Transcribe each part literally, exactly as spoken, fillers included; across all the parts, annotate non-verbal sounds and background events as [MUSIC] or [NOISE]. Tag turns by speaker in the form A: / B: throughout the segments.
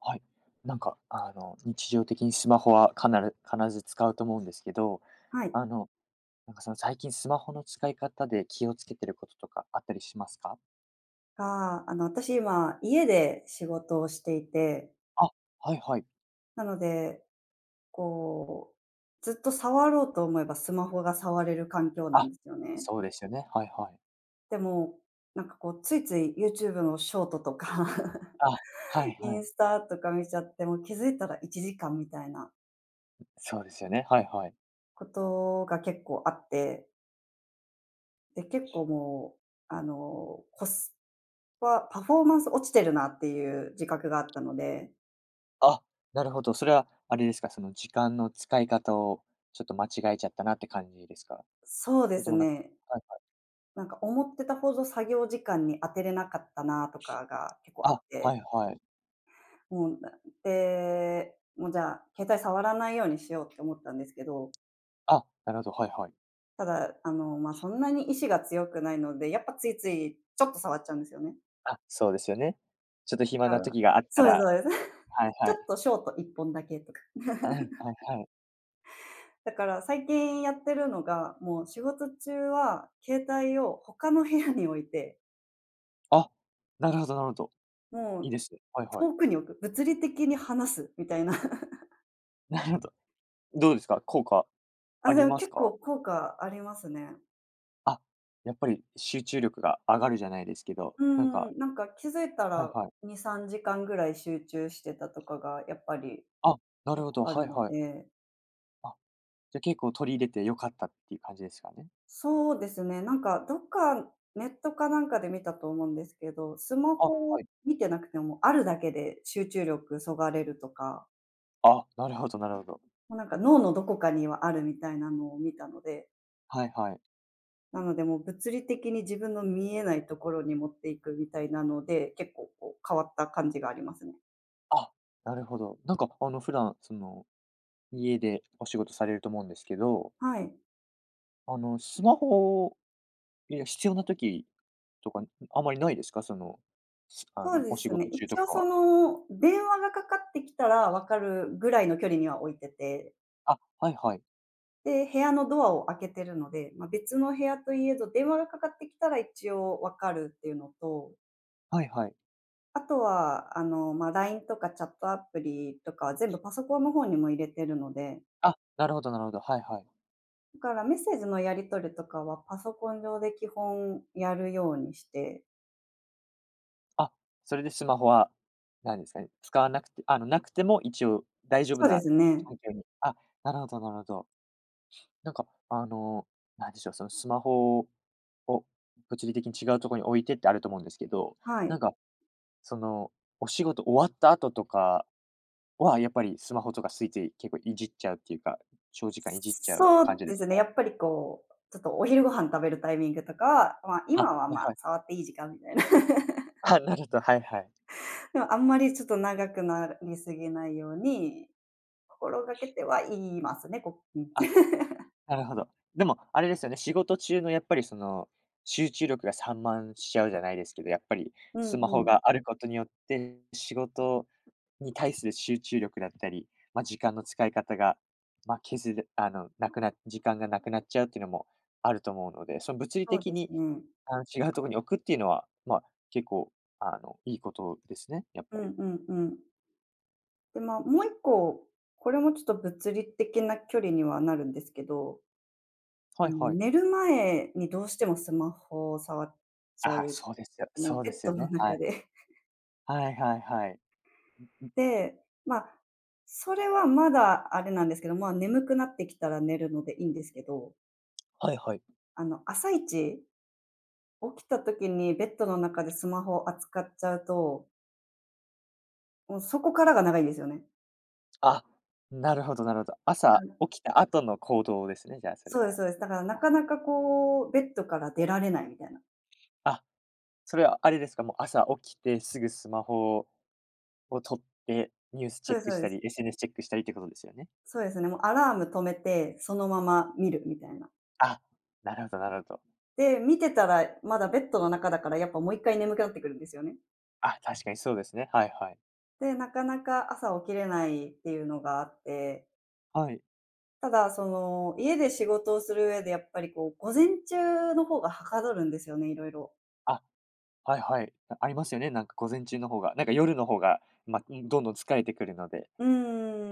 A: はい。なんか、あの、日常的にスマホはかなる必ず使うと思うんですけど、
B: はい。
A: あの、なんかその最近スマホの使い方で気をつけてることとかあったりしますか？
B: が、あの、私今、家で仕事をしていて、
A: あ、はいはい。
B: なので、こう、ずっと触ろうと思えばスマホが触れる環境な
A: あ、
B: んですよね。
A: そうですよね。はいはい。
B: でも、なんかこう、ついつい YouTube のショートとか
A: あ、はい
B: [LAUGHS] イ
A: は
B: ン
A: い。
B: スタとか見ちゃって、もう気づいたらいちじかんみたいな
A: そうですよね。はいはい。
B: ことが結構あって、で、結構もう、あの、コスパ、パフォーマンス落ちてるなっていう自覚があったので、
A: あ、なるほど。それはあれですか、その時間の使い方をちょっと間違えちゃったなって感じですか？
B: そう
A: そ
B: で
A: れと
B: す
A: もなんか、
B: ね。
A: はいはい。
B: なんか思ってたほど作業時間に当てれなかったなとかが結構あ
A: あ、
B: っ
A: は
B: て、
A: いはい。
B: もう、で、もうじゃあ、携帯触らないようにしようって思ったんですけど、
A: あ、なるほど、はいはい。
B: ただ、あの、まあ、そんなに意志が強くないので、やっぱついついちょっと触っちゃうんですよね。
A: あ、そうですよね。ちょっと
B: だ
A: 暇
B: か
A: な
B: ら
A: 時があっ
B: そ
A: た
B: うです
A: ら、
B: そうです。[LAUGHS]
A: はい
B: ち
A: は
B: ょっ
A: い。
B: とショートいっぽんだけとか。
A: はいはいはい。
B: だから最近やってるのが、もう仕事中は携帯を他の部屋に置いて、
A: あ、なるほどなるほど。
B: も
A: いい
B: う
A: ですね。はいはい。
B: 遠くに
A: [LAUGHS]
B: 置く、物理的に離すみたいな。
A: なるほど。どうですか？効果
B: あ、
A: あ
B: で
A: り
B: も
A: ます
B: 結
A: か？
B: 構効果ありますね。
A: あ、やっぱり集中力が上がるじゃないですけど、
B: う
A: なんか、
B: ん、なんか気づいた
A: はい
B: ら
A: はい。
B: に、さんじかんぐらい集中してたとかがやっぱり
A: あ、なる
B: 結
A: ほど、
B: 構あ
A: は
B: る
A: い
B: の
A: はい。
B: で、
A: あ、じゃ、結構取り入れて良かったっていう感じですかね？
B: そうですね、なんかどっかネットかなんかで見たと思うんですけど、スマ
A: あ、
B: ホを
A: はい。
B: 見てなくてもあるだけで集中力そがれるとか、
A: あ、なるほどなるほど。
B: もうなんか脳のどこかにはあるみたいなのを見たので、
A: はいはい。
B: なのでもう物理的に自分の見えないところに持っていくみたいなので、結構こう変わった感じがありますね。
A: あ、なるほど。なんかあの、普段その、家でお仕事されると思うんですけど、
B: はい。
A: あの、スマホ、いや、必要な時とか、あまりないですか？その、すあ
B: そう
A: の、
B: で
A: お仕
B: すね。
A: 事中と
B: 一応
A: か
B: そ
A: は。
B: の、電話がかかってきたら分かるぐらいの距離には置いてて、
A: あ、はいはい。
B: で、部屋のドアを開けてるので、まあ、別の部屋といえど、電話がかかってきたら一応分かるっていうのと、
A: はいはい。
B: あとは、あの、まあ、ライン とかチャットアプリとかは全部パソコンの方にも入れてるので、
A: あ、なるほどなるほど。はいはい。
B: だからメッセージのやり取りとかはパソコン上で基本やるようにして。
A: あ、それでスマホは、なんですかね、使わなくてあの、なくても一応大丈夫
B: そうで
A: な
B: すね。
A: 環境に、あ、なるほどなるほど。なんか、あの、なんでしょう、そのスマホを物理的に違うところに置いてってあると思うんですけど、
B: は
A: な
B: い。
A: んか、その、お仕事終わった後とかは、やっぱりスマホとかついつい結構いじっちゃうっていうか、長時間いじっちゃう
B: そう
A: 感じで
B: で
A: すか？
B: すね、やっぱりこう、ちょっとお昼ご飯食べるタイミングとかは、まあ、
A: あ、
B: 今は、
A: はい
B: まあ、
A: はい。
B: 触っていい時間みたいな。
A: あ、なると、はいはい。
B: [LAUGHS] でもあんまりちょっと長くなりすぎないように、心がけてはいますね、こううん。
A: あ、
B: [LAUGHS]
A: なるほど。でも、あれですよね、仕事中のやっぱりその、集中力が散漫しちゃうじゃないですけど、やっぱり
B: うん
A: スマ
B: う
A: ホ
B: ん、
A: があることによって、仕事に対する集中力だったり、まあ、時間の使い方が、まあ、削れあの、なくな時間がなくなっちゃうっていうのもあると思うので、その物理
B: そう
A: 的
B: です
A: に、
B: ね。
A: あの、違うところに置くっていうのは、まあ、結構、あの、いいことですね、やっ
B: う
A: ぱり。
B: んうんうん。で、まあ、もう一個、これもちょっと物理的な距離にはなるんですけど、あ
A: はい
B: の、
A: はい。
B: 寝る前にどうしてもスマホを触っちゃ
A: ああ、
B: う
A: そうで
B: っ
A: す
B: ていう
A: よ
B: か、もう
A: そう
B: ベ
A: で
B: ッ
A: すよ
B: ドの
A: ね。は
B: 中
A: い。
B: で
A: はいはいはい。ん、
B: で、まあ、それはまだあれなんですけど、まあ、眠くなってきたら寝るのでいいんですけど、
A: はいはい。
B: あの、朝一、起きた時にベッドの中でスマホを扱っちゃうと、もうそこからが長いんですよね。
A: あ、なるほどなるほど。
B: だか
A: 朝
B: ら
A: 起きた後の行動ですね、じゃあそれ
B: そうです
A: は。
B: そうです。だからなかなかこう、ベッドから出られないみたいな。
A: あ、それはあれですか、もう朝起きてすぐスマホを取ってニュース
B: そ
A: チ
B: う
A: ェ
B: で
A: ッ
B: す
A: ク
B: そう
A: し
B: で
A: た
B: す。
A: り、エスエヌエス チェックしたりってことですよね？
B: そうですね。もうアラーム止めて、そのまま見るみたいな。
A: あ、なるほどなるほど。
B: で、見てたらまだベッドの中だからやっぱもう一回眠くなってくるんですよね。
A: あ、確かにそうですね。はいはい。
B: で、なかなか朝起きれないっていうのがあって。
A: はい。
B: ただ、その、家で仕事をする上でやっぱりこう、午前中の方がはかどるんですよね、いろいろ
A: あ、はいはい。あ、ありますよね、なんか午前中の方が、なんか夜の方が、ま、ん、どんどん疲れてくるので、
B: う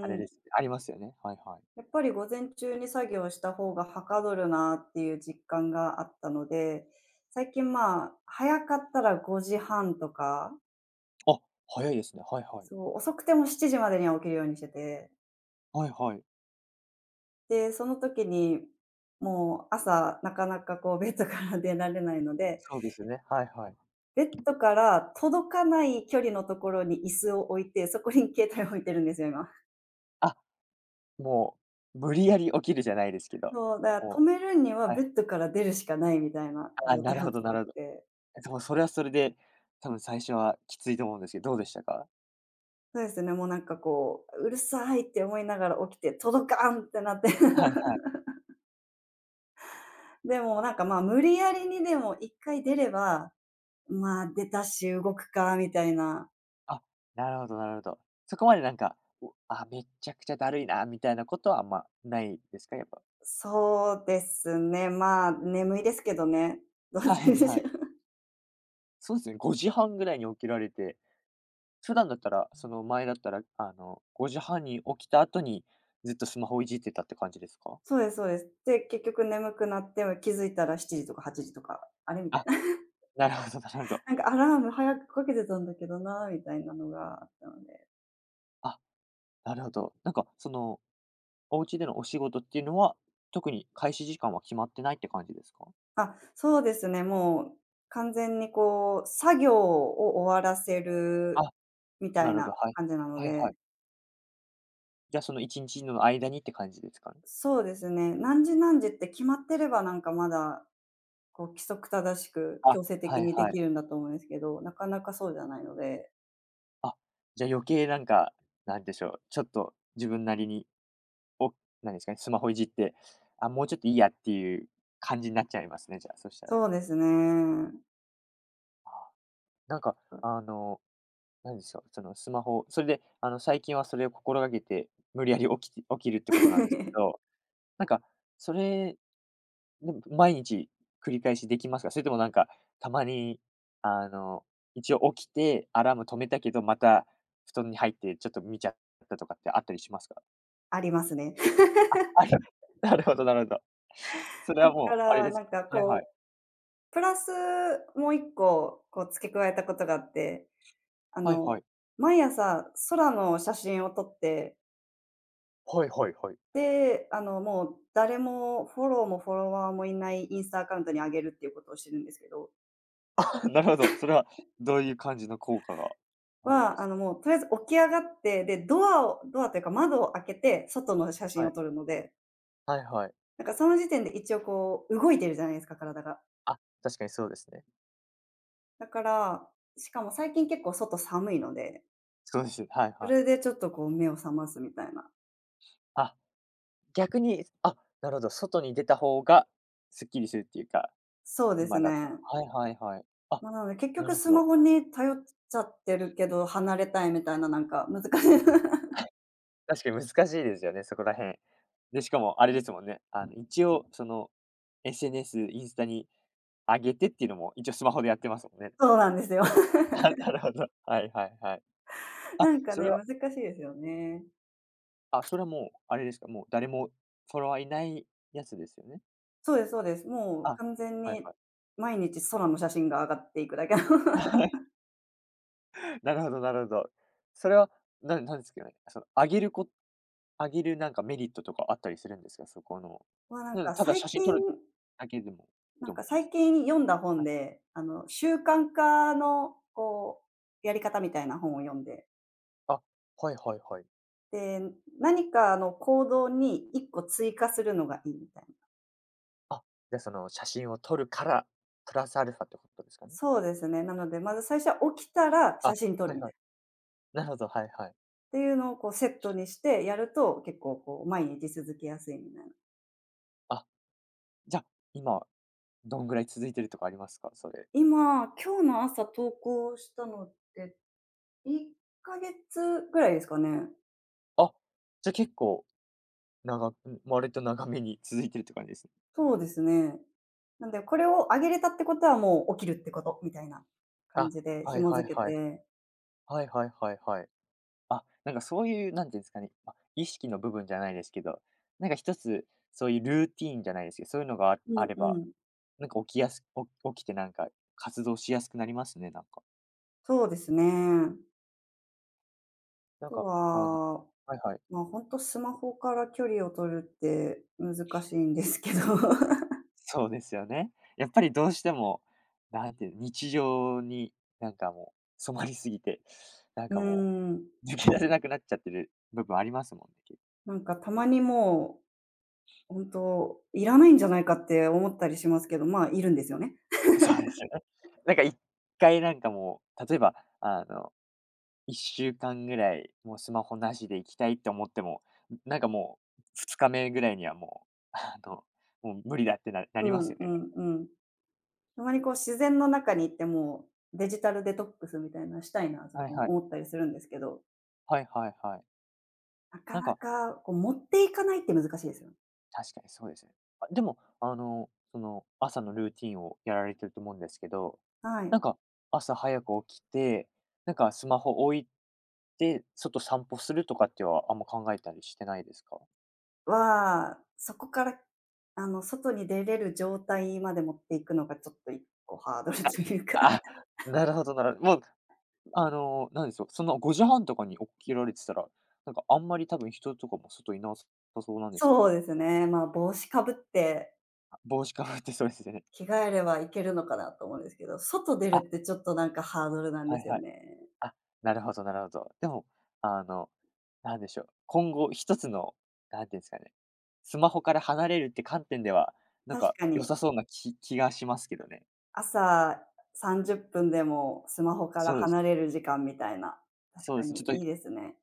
A: あれで
B: ん。
A: すね、ありますよね。はいはい。
B: やっぱり午前中に作業した方がはかどるなっていう実感があったので、最近、まあ、早かったらごじはんとか、
A: あ、早いですね。はいはい。
B: そう、遅くてもしちじまでには起きるようにしてて、
A: はいはい。
B: で、その時に、もう朝なかなかこうベッドから出られないので、
A: そうですよね。はいはい。
B: ベッドから届かない距離のところに椅子を置いて、そこに携帯を置いてるんですよ、今。
A: あ、もう、無理やり起きるじゃないですけど、
B: そう、だから止
A: も
B: めるに
A: う、
B: は
A: は
B: ベ
A: い、
B: ッドから出るしかないみたいな
A: あ、
B: 状
A: な
B: 態
A: る
B: を
A: ほ
B: 作
A: どな
B: っ
A: るほど。
B: て、
A: え、でもそれはそれで、多分最初はきついと思うんですけど、どうでしたか？
B: そうですね、もうなんかこう、うるさいって思いながら起きて、届かんってなって。
A: はいはい。
B: [LAUGHS] でもなんかまあ無理やりにでも一回出れば、まあ出たし動くかみたいな。
A: あ、なるほどなるほど。そこまでなんか、お「あ、めっちゃくちゃだるいな」みたいなことはあんまないですか？やっぱ。
B: そうですね、まあ眠いですけどね。[LAUGHS] ど
A: [LAUGHS]
B: う
A: はいは
B: せ
A: い。
B: [LAUGHS]
A: そうですね、ごじはんぐらいに起きられて、普段だったら、その前だったら、あの、ごじはんに起きた後に、ずっとスマホをいじってたって感じですか？
B: そうですそうです。で、結局眠くなって気づいたらしちじとかはちじとか、あれみたい
A: あ、
B: な。
A: なるほどなるほど。
B: [LAUGHS] なんかアラーム早くかけてたんだけどなみたいなのがあったので。
A: あ、なるほど。なんかその、お家でのお仕事っていうのは、特に開始時間は決まってないって感じですか？
B: あ、そうですね、もう完全にこう、作業を終わらせ
A: あ、
B: るみた
A: な
B: い
A: るほど、
B: な
A: はい。
B: 感じなの
A: はいは
B: で、
A: い。じゃ、そのいちにちの間にって感じですかね？
B: そうですね、何時何時って決まってればなんかまだ、こう規則正しく
A: あ、
B: 強制
A: は
B: 的
A: い
B: にで
A: はい。
B: きるんだと思うんですけど、なかなかそうじゃないので。
A: あ、じゃ、余計なんか、なんでしょう、ちょっと自分なりに、おなんですかね、スマホいじって、あ、もうちょっといいやっていう感じになっちゃいますね、じゃあ、そしたら。
B: そうですね。
A: なんか、あの、なんでしょう、そのスマホ、それで、あの、最近はそれを心がけて、無理やり起きて起きるってことなんですけ
B: [LAUGHS]
A: ど、なんか、それでも、毎日繰り返しできますか？それともなんか、たまに、あの、一応起きて、アラーム止めたけど、また布団に入ってちょっと見ちゃったとかってあったりしますか？
B: ありますね。
A: [LAUGHS] あれ、[LAUGHS] なるほどなるほど。それ
B: だ
A: は
B: か
A: もうあれ
B: ら
A: です
B: なん
A: か？
B: か
A: はいは
B: こ
A: い。
B: う、プラスもう一個こう付け加えたことがあって、あ
A: はいは
B: の、
A: い。
B: 毎朝空の写真を撮って
A: はいはいはい。
B: で、あの、もう誰もフォローもフォロワーもいないインスタアカウントに上げるっていうことをしてるんですけど、
A: [LAUGHS] あ、なるほど。それはどういう感じの効果があるんで
B: は、あ
A: す
B: の、
A: か？
B: もうとりあえず起き上がって、で、ドアをドアというか窓を開けて、外の写真
A: は
B: を
A: い。
B: 撮るので、
A: はいはい。
B: なんかその時点で一応こう動いてるじゃないですか、体が。
A: あ、確かにそうですね。
B: だから、しかも最近結構外寒いので、
A: そうです。はい
B: そ
A: はい。
B: れでちょっとこう目を覚ますみたいな。
A: あ、逆に、あ、なるほど、外に出た方がすっきりするっていうか、
B: そうです
A: 今だ
B: ね。
A: と。はいはいはい。あ、
B: まあ、なので結
A: な
B: 局
A: るほ
B: スマ
A: ど。
B: ホに頼っちゃってるけど、離れたいみたいな、なんか難しい。 [LAUGHS]
A: 確かに難しいですよね、そこら辺。で、しかもあれですもんね、あの、一応その エスエヌエス、インスタに上げてっていうのも、一応スマホでやってますもんね。
B: そうなんですよ。
A: [LAUGHS] あ、なるほど。はいはいはい。
B: [LAUGHS]
A: あ、
B: なんか
A: そ
B: ね、
A: れは、
B: 難しいですよね。
A: あ、それはもうあれですか、もう誰もフォロワーいないやつですよね？
B: そうですそうです。もう
A: あ、
B: 完全
A: はい
B: に
A: はい。
B: 毎日空の写真が上がっていくだけの。
A: [LAUGHS] なるほどなるほど。それは、ななんですかね、その上げるこ上げるなんかメリットとかあったりするんですか？そこの。
B: [LAUGHS] まあ、なん
A: うん、
B: か
A: ただ写
B: 最
A: 真撮
B: 近
A: るだけでもいい
B: な
A: と
B: んか
A: 思うんで
B: 最
A: すけ
B: 近読んだ本で、あの、習慣化のこう、やり方みたいな本を読んで、
A: ど。あ、はいはいはい。
B: で、何かの行動にいっこ追加するのがいいみたいな。
A: あ、じゃあその写真を撮るから、プラスアルファってことですかね？
B: そうですね。なので、まず最初は起きたら
A: あ、
B: 写真撮
A: は
B: る
A: い
B: みた
A: は
B: い
A: い。
B: な。
A: なるほど、はいはい。
B: っていうのをこうセットにしてやると、結構こう毎日続けやすいみたいな。
A: あ、じゃ、今どんぐらい続いてるとかありますか？それ。
B: 今、今日の朝投稿したのっていっかげつぐらいですかね。
A: あ、じゃあ結構長がん、割と長めに続いてるって感じですね。
B: そうですね。なんで、これを上げれたってことはもう起きるってことみたいな感
A: あ、
B: じで
A: はい
B: 紐
A: はい
B: 付け
A: はい。
B: て。
A: はいはいはいはい。あ、なんかそういう、なんていうんですかね、まあ、意識の部分じゃないですけど、なんか一つそういうルーティーンじゃないですけど、そういうのがあ、
B: う
A: あ
B: ん
A: れ
B: う
A: ば
B: ん。
A: なんか起きやすお起きてなんか活動しやすくなりますね、なんか。
B: そうですね。
A: な
B: あ
A: ん
B: と
A: か、あの、
B: は、
A: はいはい。
B: まあ、ほんとスマホから距離を取るって難しいんですけど。
A: そうですよね。やっぱりどうしても、なんていう、日常になんかもう染まりすぎて、な
B: [LAUGHS]
A: ん
B: う
A: かも
B: ーん、
A: う抜け出せなくなっちゃってる部分ありますもんね、け
B: なんかたまにもう、ほんといらないんじゃないかって思ったりしますけど、まあ、いるんですよね。
A: そうですよね。なんか一回なんかもう、例えばあのいっしゅうかんぐらい、もうスマホなしで行きたいって思っても、なんかもうふつかめぐらいにはもう、あの、もう無理だってなな
B: う
A: ります
B: ん
A: よ
B: う
A: ね。
B: んうん。たまにこう自然の中に行ってもう、デジタルデトックスみたいなのしたいなと
A: はい
B: か
A: はい。
B: 思ったりするんですけど、
A: はいはいはい。
B: なか
A: なん
B: な
A: か、
B: かこう持っていかないって難しいですよ。
A: 確かにそうですね。あ、でも、あの、その、朝のルーティンをやられてると思うんですけど、
B: はい。
A: なんか、朝早く起きて、なんかスマホ置いて、外散歩するとかっては、あんま考えたりしてないですか？
B: は、そこから、あの、外に出れる状態まで持っていくのがちょっと一個ハードルというか。
A: あ、
B: [LAUGHS]
A: なるほどなるほど。もう、あの、なんでしょう、そのごじはんとかに起きられてたら、なんかあんまり多分人とかも外いなさそうなんですけ
B: そ
A: ど、
B: うですね、まあ、帽子かぶって
A: 帽子かぶってそうですよね。
B: 着替えればいけるのかなと思うんですけど、外出る
A: あ、
B: ってちょっとなんかハードルなんで
A: はい
B: すよ
A: はい。
B: ね。
A: あ、なるほどなるほど。でも、あの、なんでしょう、今後一つの、なんていうんですかね、スマホから離れるって観点では、なん
B: 確
A: か
B: か
A: 良
B: に。
A: さそうなき気がしますけどね。
B: 朝さんじゅっぷんでもスマホから
A: そうです。
B: 離れる時間みたいな。確
A: そう
B: か
A: です
B: に
A: ね。ちょっ
B: いい
A: と、
B: ですね。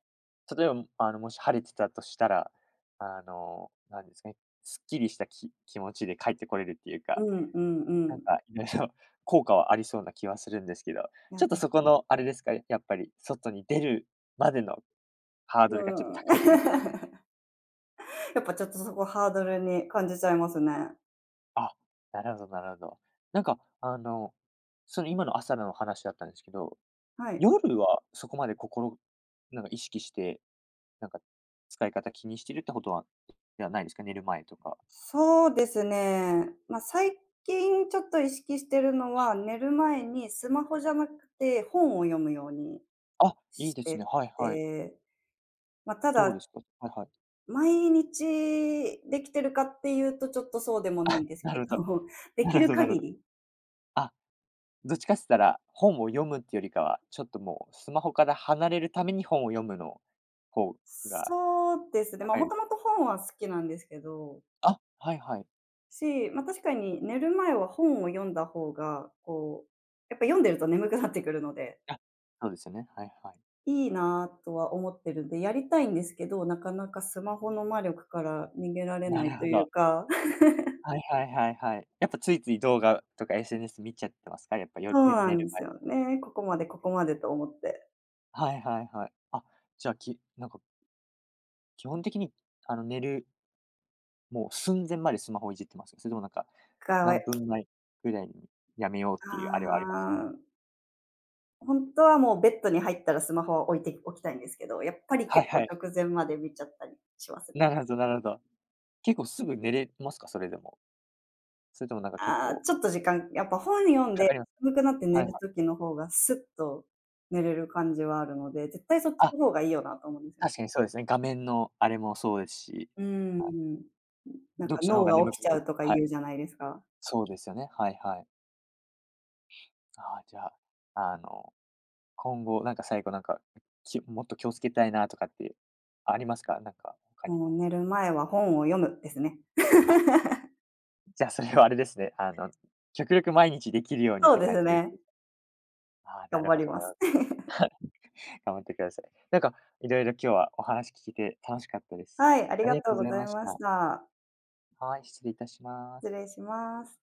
A: 例えば、あの、もし晴れてたとしたら、あの、なんですかね、すっきりしたき気持ちで帰ってこれるっていう
B: う
A: か、
B: んうんう
A: なん
B: ん。
A: かいろいろ [LAUGHS] 効果はありそうな気はするんですけど、
B: い
A: ち
B: や、
A: ょっと
B: 確
A: そこ
B: かに。
A: のあれですか、やっぱり、外に出るまでのハード
B: う
A: ルがちょっと高いって感じですか？
B: ん。[LAUGHS] やっぱちょっとそこハードルに感じちゃいますね。
A: あ、なるほどなるほど。なんか、あの、その今の朝の話だったんですけど、
B: はい。
A: 夜はそこまで心なんか意識して、なんか使い方気にしてるってことはではないですか？寝る前とか。
B: そうですね。ま、最近ちょっと意識してるのは、寝る前にスマホじゃなくて本を読むように
A: あ、いい
B: し
A: ですね。
B: て
A: はいはい。
B: て、ま、た
A: どうで
B: だ
A: すか？はいはい。
B: 毎日できてるかっていうと、ちょっとそうでもない
A: あ、
B: んです
A: な
B: け
A: るほど。
B: ど、[LAUGHS] で
A: な
B: き
A: るほ
B: る
A: どなる
B: 限
A: ほど。
B: り
A: あ、どっちかって言ったら、本を読むってよりかは、ちょっともうスマホから離れるために本を読むの方が
B: そうですね、ま、
A: 高い
B: も
A: です。
B: ともと本は好きなんですけど、
A: あ、はいはい。
B: し、ま、確かに寝る前は本を読んだ方が、こう、やっぱ読んでると眠くなってくるので、
A: あ、そうですよね。はいはい。
B: いいなとは思ってるんで、やりたいんですけど、なかなかスマホの魔力から逃げられ
A: な
B: ない
A: る
B: と
A: ほ
B: いう
A: ど。
B: か、[LAUGHS]
A: はいはいはいはい。やっぱついつい動画とか エスエヌエス 見ちゃってますか？やっぱよ
B: そう
A: ね、
B: な
A: 寝
B: ん
A: る
B: です
A: 前でも、
B: よね。ここまでここまでと思って。
A: はいはいはい。あ、じゃあ、きなんか基本的に、あの、寝る、もう寸前までスマホいじってます？それともなんか、
B: かわい
A: 何分前ぐらいにやめようっ
B: あ
A: ていうあれはありますか？
B: あ。ほんとはもうベッドに入ったらスマホは置いておきたいんですけど、やっぱ
A: [LAUGHS]
B: り
A: はい
B: 結構
A: はい。
B: 直前まで見ちゃったりします
A: [LAUGHS]
B: ね。
A: なるほどなるほど。結構すぐ寝れますか？それでも。それともなんか結
B: ああ、
A: 構
B: ちょっと時間やっぱ本読ん
A: か
B: で、
A: かります
B: 眠くなって
A: か？
B: 寝
A: はい
B: る
A: はい。
B: 時の方がスッと寝れる感じはあるので、絶対そっち
A: あ、
B: の方がいいよなと思うんですよ。
A: 確かにそうですね。画面のあれもそうですし、
B: うー
A: あ、
B: ん。なんか
A: 読書の
B: 脳
A: 方が
B: が
A: 眠
B: 起き
A: く
B: ち
A: な
B: ゃ
A: る、
B: うとか
A: はい、
B: 言うじゃないですか。
A: そうですよね。はいはい。ああ、じゃあ、あの、今後、なんか最後なんか、きもっと気をつけたいなとかってありますか？なんか他に
B: もう
A: も。
B: 寝る前は本を読むですね。
A: あ、
B: [LAUGHS]
A: じゃあそれはあれですね、あの、極力毎日できるようにっ
B: そう
A: て
B: で
A: 感
B: す
A: じです
B: ね。
A: ね。ああ、な
B: 頑
A: る
B: 張
A: ほ
B: り
A: どな
B: ま
A: る
B: す。
A: ほど。頑張ってください。なんかいろいろ今日はお話聞けて楽しかったです。
B: はい、あり
A: あ
B: が
A: りがと
B: とう
A: うご
B: ご
A: ざい
B: ざい
A: まし
B: まし
A: た。
B: た。
A: はい、失礼いたしま
B: 失
A: す。
B: 礼します。